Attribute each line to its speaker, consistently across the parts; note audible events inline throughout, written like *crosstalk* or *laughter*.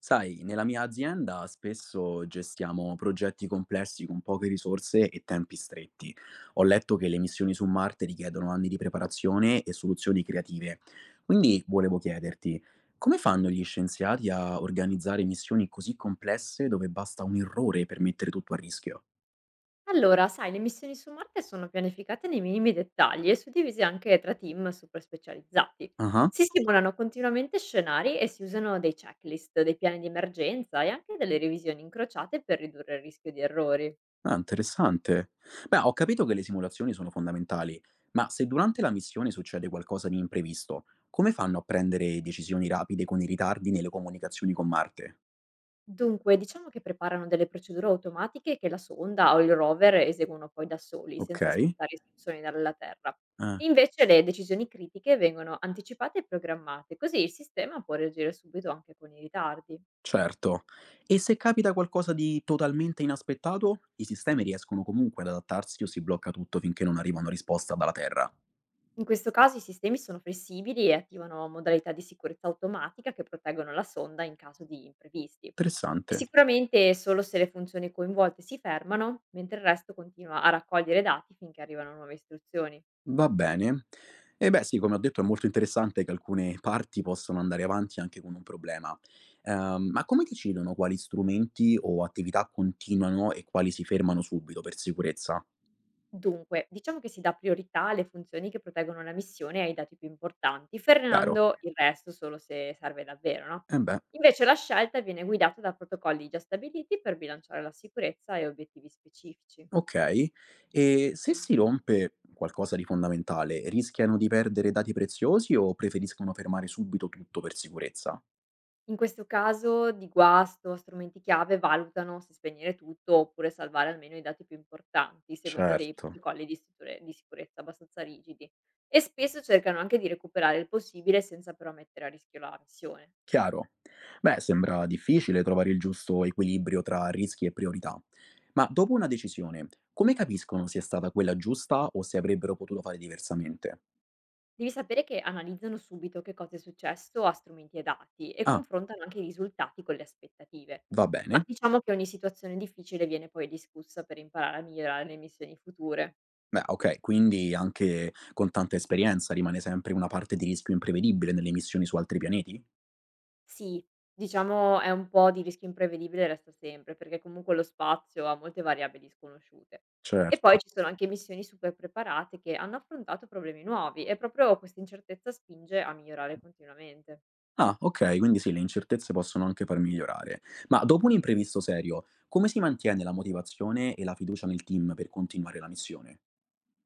Speaker 1: Sai, nella mia azienda spesso gestiamo progetti complessi con poche risorse e tempi stretti. Ho letto che le missioni su Marte richiedono anni di preparazione e soluzioni creative. Quindi volevo chiederti, come fanno gli scienziati a organizzare missioni così complesse dove basta un errore per mettere tutto a rischio?
Speaker 2: Allora, sai, le missioni su Marte sono pianificate nei minimi dettagli e suddivise anche tra team super specializzati.
Speaker 1: Ah.
Speaker 2: Si simulano continuamente scenari e si usano dei checklist, dei piani di emergenza e anche delle revisioni incrociate per ridurre il rischio di errori.
Speaker 1: Ah, interessante. Beh, ho capito che le simulazioni sono fondamentali, ma se durante la missione succede qualcosa di imprevisto, come fanno a prendere decisioni rapide con i ritardi nelle comunicazioni con Marte?
Speaker 2: Dunque, diciamo che preparano delle procedure automatiche che la sonda o il rover eseguono poi da soli,
Speaker 1: Ok,
Speaker 2: senza aspettare istruzioni dalla Terra.
Speaker 1: eh,
Speaker 2: Invece le decisioni critiche vengono anticipate e programmate, così il sistema può reagire subito anche con i ritardi.
Speaker 1: certo. E se capita qualcosa di totalmente inaspettato, i sistemi riescono comunque ad adattarsi o si blocca tutto finché non arriva una risposta dalla Terra.
Speaker 2: In questo caso i sistemi sono flessibili e attivano modalità di sicurezza automatica che proteggono la sonda in caso di imprevisti. E
Speaker 1: Interessante.
Speaker 2: sicuramente solo se le funzioni coinvolte si fermano, mentre il resto continua a raccogliere dati finché arrivano nuove istruzioni.
Speaker 1: Va bene. E beh sì, come ho detto è molto interessante che alcune parti possono andare avanti anche con un problema. Ma come decidono quali strumenti o attività continuano e quali si fermano subito per sicurezza?
Speaker 2: Dunque, diciamo che si dà priorità alle funzioni che proteggono la missione e ai dati più importanti,
Speaker 1: Chiaro?
Speaker 2: frenando il resto solo se serve davvero, no?
Speaker 1: Eh beh,
Speaker 2: Invece la scelta viene guidata da protocolli già stabiliti per bilanciare la sicurezza e obiettivi specifici.
Speaker 1: ok. E se si rompe qualcosa di fondamentale, rischiano di perdere dati preziosi o preferiscono fermare subito tutto per sicurezza?
Speaker 2: In questo caso di guasto, strumenti chiave valutano se spegnere tutto oppure salvare almeno i dati più importanti, seguendo dei
Speaker 1: Certo.
Speaker 2: protocolli di sicurezza abbastanza rigidi. E spesso cercano anche di recuperare il possibile senza però mettere a rischio la missione.
Speaker 1: Chiaro. Beh, sembra difficile trovare il giusto equilibrio tra rischi e priorità. Ma dopo una decisione, come capiscono se è stata quella giusta o se avrebbero potuto fare diversamente?
Speaker 2: Devi sapere che analizzano subito che cosa è successo a strumenti e dati e
Speaker 1: Ah,
Speaker 2: confrontano anche i risultati con le aspettative.
Speaker 1: va
Speaker 2: Ma
Speaker 1: bene.
Speaker 2: diciamo che ogni situazione difficile viene poi discussa per imparare a migliorare le missioni future.
Speaker 1: Beh, ok, quindi anche con tanta esperienza rimane sempre una parte di rischio imprevedibile nelle missioni su altri pianeti?
Speaker 2: Sì, diciamo è un po' di rischio imprevedibile resta sempre, perché comunque lo spazio ha molte variabili sconosciute. E
Speaker 1: Certo.
Speaker 2: poi ci sono anche missioni super preparate che hanno affrontato problemi nuovi, e proprio questa incertezza spinge a migliorare continuamente.
Speaker 1: Ah, ok, quindi sì, le incertezze possono anche far migliorare. Ma dopo un imprevisto serio, come si mantiene la motivazione e la fiducia nel team per continuare la missione?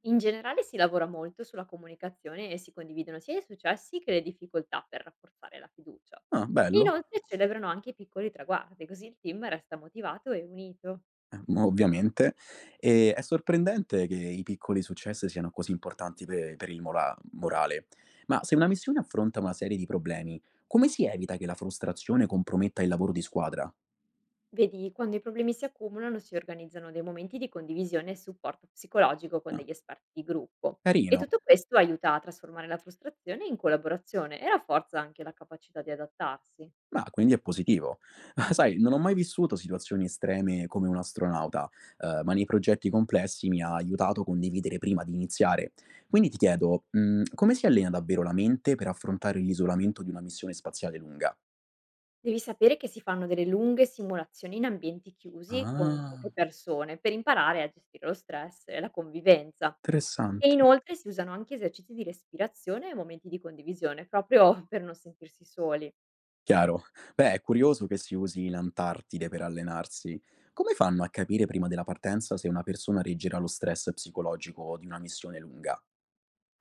Speaker 2: In generale si lavora molto sulla comunicazione e si condividono sia i successi che le difficoltà per rafforzare la fiducia.
Speaker 1: Ah, bello.
Speaker 2: Inoltre celebrano anche i piccoli traguardi, così il team resta motivato e unito.
Speaker 1: *laughs* Mhmm, ovviamente. E è sorprendente che i piccoli successi siano così importanti pe per il mola morale. Ma se una missione affronta una serie di problemi, come si evita che la frustrazione comprometta il lavoro di squadra?
Speaker 2: Vedi, quando i problemi si accumulano si organizzano dei momenti di condivisione e supporto psicologico con
Speaker 1: Ah,
Speaker 2: degli esperti di gruppo, e
Speaker 1: carino.
Speaker 2: tutto questo aiuta a trasformare la frustrazione in collaborazione e rafforza anche la capacità di adattarsi.
Speaker 1: Ma quindi è positivo. *laughs* Ma sai, non ho mai vissuto situazioni estreme come un astronauta, ma nei progetti complessi mi ha aiutato a condividere prima di iniziare. Quindi ti chiedo, mhmm, come si allena davvero la mente per affrontare l'isolamento di una missione spaziale lunga?
Speaker 2: Devi sapere che si fanno delle lunghe simulazioni in ambienti chiusi con poche
Speaker 1: Ah.
Speaker 2: persone per imparare a gestire lo stress e la convivenza. E
Speaker 1: Interessante.
Speaker 2: inoltre si usano anche esercizi di respirazione e momenti di condivisione, proprio per non sentirsi soli.
Speaker 1: Chiaro. Beh, è curioso che si usi l'Antartide per allenarsi. Come fanno a capire prima della partenza se una persona reggerà lo stress psicologico di una missione lunga?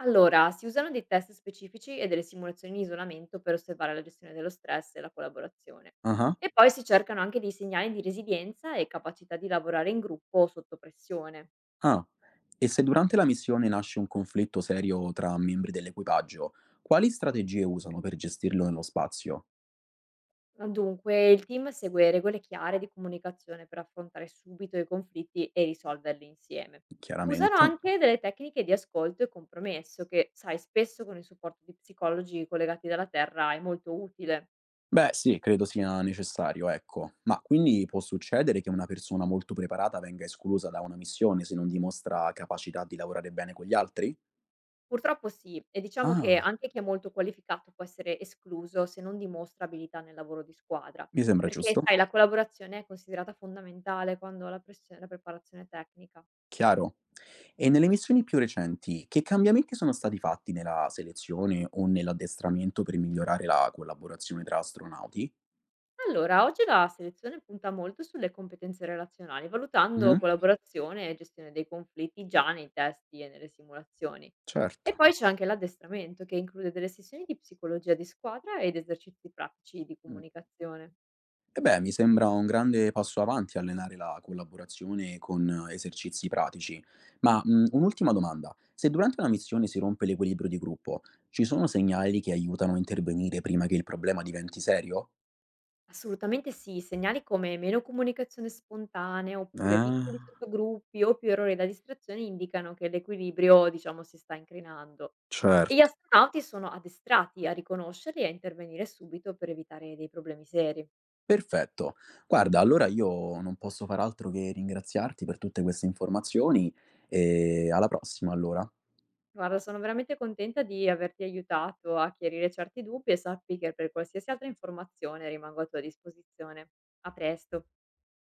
Speaker 2: Allora, si usano dei test specifici e delle simulazioni di isolamento per osservare la gestione dello stress e la collaborazione.
Speaker 1: Ah-ah.
Speaker 2: E poi si cercano anche dei segnali di resilienza e capacità di lavorare in gruppo o sotto pressione.
Speaker 1: Ah. E se durante la missione nasce un conflitto serio tra membri dell'equipaggio, quali strategie usano per gestirlo nello spazio?
Speaker 2: Dunque, il team segue regole chiare di comunicazione per affrontare subito i conflitti e risolverli insieme. Usano
Speaker 1: Chiaramente.
Speaker 2: anche delle tecniche di ascolto e compromesso che, sai, spesso con il supporto di psicologi collegati dalla terra è molto utile.
Speaker 1: Beh, sì, credo sia necessario, ecco. Ma quindi può succedere che una persona molto preparata venga esclusa da una missione se non dimostra capacità di lavorare bene con gli altri?
Speaker 2: Purtroppo sì, e diciamo che
Speaker 1: Ah,
Speaker 2: anche chi è molto qualificato può essere escluso se non dimostra abilità nel lavoro di squadra,
Speaker 1: mi sembra
Speaker 2: perché
Speaker 1: giusto.
Speaker 2: sai, la collaborazione è considerata fondamentale quando la preparazione tecnica.
Speaker 1: Chiaro. E nelle missioni più recenti, che cambiamenti sono stati fatti nella selezione o nell'addestramento per migliorare la collaborazione tra astronauti?
Speaker 2: Allora, oggi la selezione punta molto sulle competenze relazionali, valutando
Speaker 1: Mh-mh,
Speaker 2: collaborazione e gestione dei conflitti già nei testi e nelle simulazioni. E
Speaker 1: certo.
Speaker 2: poi c'è anche l'addestramento, che include delle sessioni di psicologia di squadra ed esercizi pratici di
Speaker 1: Mh.
Speaker 2: comunicazione.
Speaker 1: E beh, mi sembra un grande passo avanti allenare la collaborazione con esercizi pratici. Ma, mhmm, un'ultima domanda. Se durante una missione si rompe l'equilibrio di gruppo, ci sono segnali che aiutano a intervenire prima che il problema diventi serio?
Speaker 2: Assolutamente sì, segnali come meno comunicazione spontanea, oppure piccoli
Speaker 1: Ah,
Speaker 2: sottogruppi, o più errori da distrazione indicano che l'equilibrio, diciamo, si sta incrinando. E gli
Speaker 1: certo.
Speaker 2: astronauti sono addestrati a riconoscerli e a intervenire subito per evitare dei problemi seri.
Speaker 1: Perfetto. Guarda, allora io non posso far altro che ringraziarti per tutte queste informazioni e alla prossima allora.
Speaker 2: Guarda, sono veramente contenta di averti aiutato a chiarire certi dubbi, e sappi che per qualsiasi altra informazione rimango a tua disposizione. A presto.